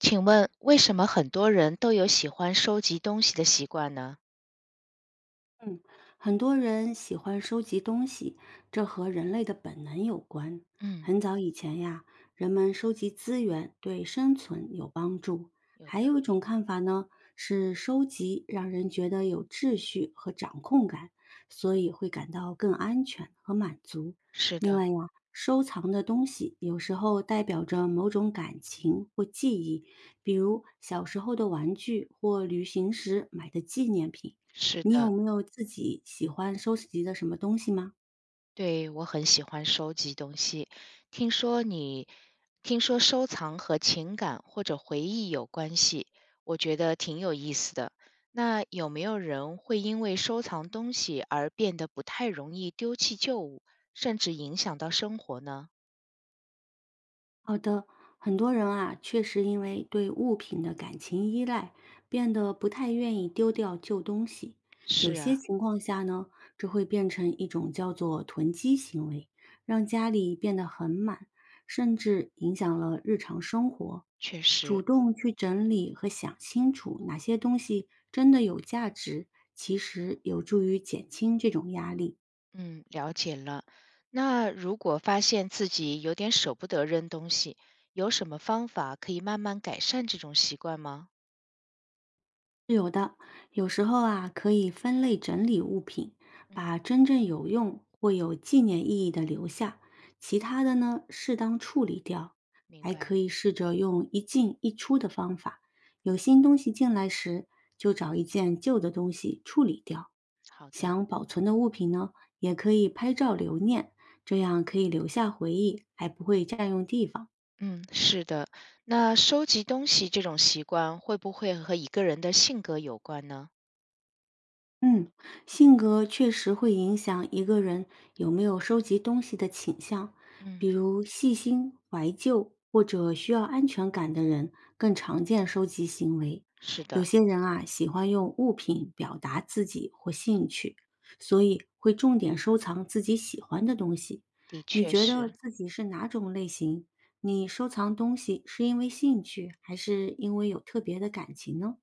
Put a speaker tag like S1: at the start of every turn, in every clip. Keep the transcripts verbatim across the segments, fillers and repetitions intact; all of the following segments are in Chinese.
S1: 请问为什么很多人都有喜欢收集东西的习惯呢？
S2: 很多人喜欢收集东西，这和人类的本能有关。
S1: 嗯，
S2: 很早以前呀，人们收集资源对生存有帮助。
S1: 有道
S2: 还有一
S1: 理。
S2: 种看法呢，是收集让人觉得有秩序和掌控感，所以会感到更安全和满足。
S1: 是
S2: 另
S1: 的，
S2: 外呀，收藏的东西有时候代表着某种感情或记忆，比如小时候的玩具或旅行时买的纪念品。
S1: 是
S2: 你有
S1: 的，
S2: 没有自己喜欢收集的什么东西吗？
S1: 对，我很喜欢收集东西。听说你，听说收藏和情感或者回忆有关系，我觉得挺有意思的。那有没有人会因为收藏东西而变得不太容易丢弃旧物，甚至影响到生活呢？
S2: 好的，很多人啊，确实因为对物品的感情依赖，变得不太愿意丢掉旧东西。有
S1: 是
S2: 些
S1: 啊，
S2: 情况下呢，这会变成一种叫做囤积行为，让家里变得很满，甚至影响了日常生活。
S1: 确实。
S2: 主动去整理和想清楚哪些东西真的有价值，其实有助于减轻这种压力。
S1: 嗯，了解了。那如果发现自己有点舍不得扔东西，有什么方法可以慢慢改善这种习惯吗？
S2: 有的，有时候啊，可以分类整理物品，
S1: 嗯，
S2: 把真正有用或有纪念意义的留下，其他的呢，适当处理掉。
S1: 明
S2: 还可
S1: 白。
S2: 以试着用一进一出的方法，有新东西进来时，就找一件旧的东西处理掉。
S1: 好的。
S2: 想保存的物品呢，也可以拍照留念，这样可以留下回忆，还不会占用地方。
S1: 嗯，是的。那收集东西这种习惯会不会和一个人的性格有关呢？
S2: 嗯，性格确实会影响一个人有没有收集东西的倾向，
S1: 嗯，
S2: 比如细心、怀旧或者需要安全感的人更常见收集行为。
S1: 是
S2: 有
S1: 的，
S2: 些人啊喜欢用物品表达自己或兴趣，所以会重点收藏自己喜欢的东西。
S1: 的
S2: 你
S1: 确
S2: 觉得
S1: 是
S2: 自己是哪种类型？你收藏东西是因为兴趣，还是因为有特别的感情呢？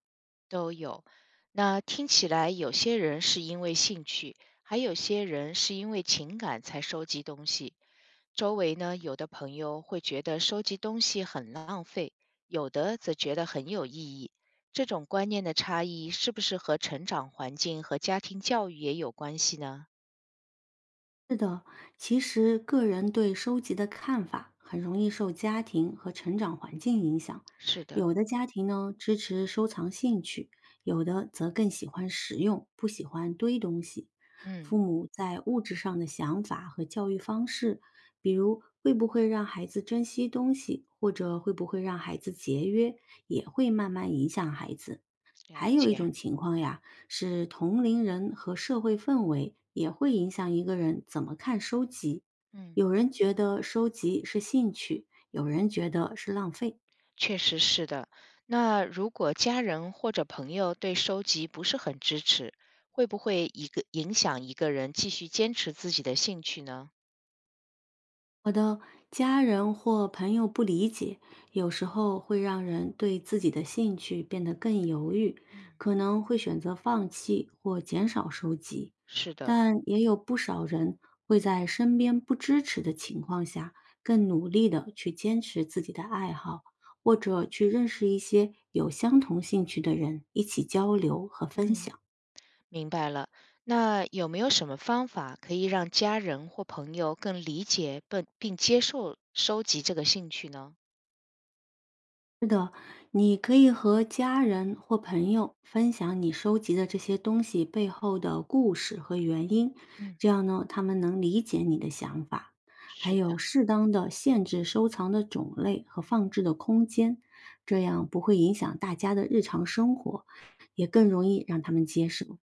S1: 都有。那听起来有些人是因为兴趣，还有些人是因为情感才收集东西。周围呢，有的朋友会觉得收集东西很浪费，有的则觉得很有意义。这种观念的差异，是不是和成长环境和家庭教育也有关系呢？
S2: 是的，其实个人对收集的看法很容易受家庭和成长环境影响。
S1: 是的，
S2: 有的家庭呢支持收藏兴趣，有的则更喜欢实用，不喜欢堆东西。
S1: 嗯，
S2: 父母在物质上的想法和教育方式，比如会不会让孩子珍惜东西，或者会不会让孩子节约，也会慢慢影响孩子。还
S1: 了
S2: 有一
S1: 解。
S2: 种情况呀，是同龄人和社会氛围也会影响一个人怎么看收集。
S1: 嗯，
S2: 有人觉得收集是兴趣，有人觉得是浪费。
S1: 确实是的。那如果家人或者朋友对收集不是很支持，会不会一个影响一个人继续坚持自己的兴趣呢？
S2: 我的家人或朋友不理解，有时候会让人对自己的兴趣变得更犹豫，
S1: 嗯，
S2: 可能会选择放弃或减少收集。
S1: 是的。
S2: 但也有不少人会在身边不支持的情况下，更努力的去坚持自己的爱好，或者去认识一些有相同兴趣的人，一起交流和分
S1: 嗯。
S2: 享。
S1: 明白了，那有没有什么方法可以让家人或朋友更理解并并接受收集这个兴趣呢？
S2: 是的，你可以和家人或朋友分享你收集的这些东西背后的故事和原因，
S1: 嗯，
S2: 这样呢，他们能理解你的想法。还
S1: 是的，
S2: 有适当的限制收藏的种类和放置的空间，这样不会影响大家的日常生活，也更容易让他们接受。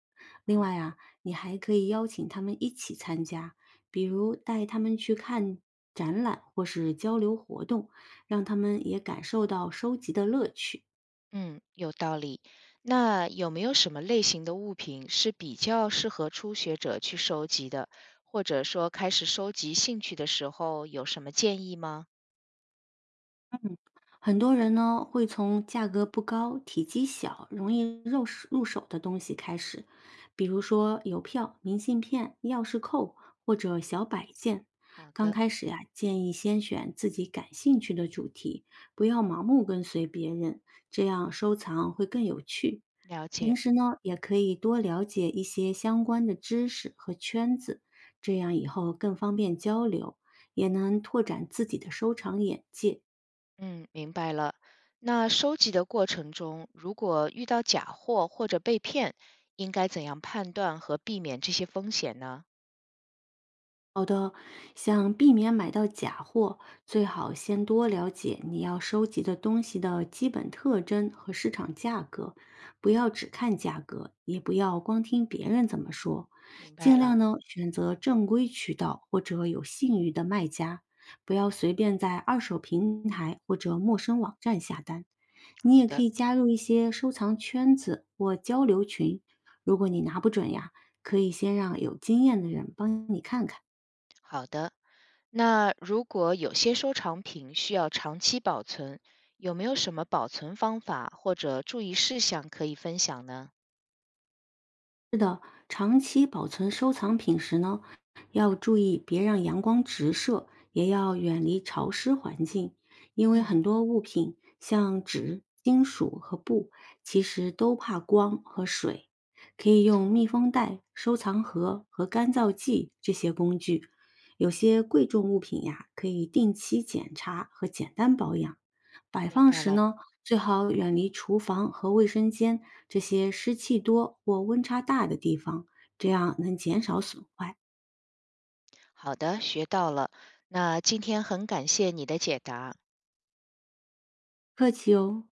S2: 另
S1: 好，
S2: 外啊，你还可以邀请他们一起参加，比如带他们去看展览或是交流活动。让他们也感受到收集的乐趣。
S1: 嗯，有道理。那有没有什么类型的物品是比较适合初学者去收集的，或者说开始收集兴趣的时候有什么建议吗？
S2: 很多人呢会从价格不高、体积小、容易入手入手的东西开始，比如说邮票、明信片、钥匙扣或者小摆件。
S1: 好
S2: 刚
S1: 的，
S2: 开始呀、建议先选自己感兴趣的主题，不要盲目跟随别人，这样收藏会更有趣。
S1: 了
S2: 平
S1: 解。
S2: 时呢，也可以多了解一些相关的知识和圈子，这样以后更方便交流，也能拓展自己的收藏眼界。
S1: 嗯，明白了。那收集的过程中，如果遇到假货或者被骗，应该怎样判断和避免这些风险呢？
S2: 好的，想避免买到假货，最好先多了解你要收集的东西的基本特征和市场价格，不要只看价格，也不要光听别人怎么说，
S1: 明白
S2: 尽
S1: 了。
S2: 量呢选择正规渠道或者有信誉的卖家，不要随便在二手平台或者陌生网站下单。你
S1: 好
S2: 也可
S1: 的，
S2: 以加入一些收藏圈子或交流群，如果你拿不准呀，可以先让有经验的人帮你看看。
S1: 好的，那如果有些收藏品需要长期保存，有没有什么保存方法或者注意事项可以分享呢？
S2: 是的，长期保存收藏品时呢，要注意别让阳光直射，也要远离潮湿环境，因为
S1: 嗯，
S2: 很多物品像纸、金属和布，其实都怕光和水。可以
S1: 没
S2: 用
S1: 错，
S2: 密封袋、收藏盒和干燥剂这些工具。有些贵重物品呀，可以定期检查和简单保养。摆
S1: 明
S2: 放
S1: 白
S2: 时
S1: 了。
S2: 呢，最好远离厨房和卫生间这些湿气多或温差大的地方，这样能减少损坏。
S1: 好的，学到了。那今天很感谢你的解答。
S2: 客气哦。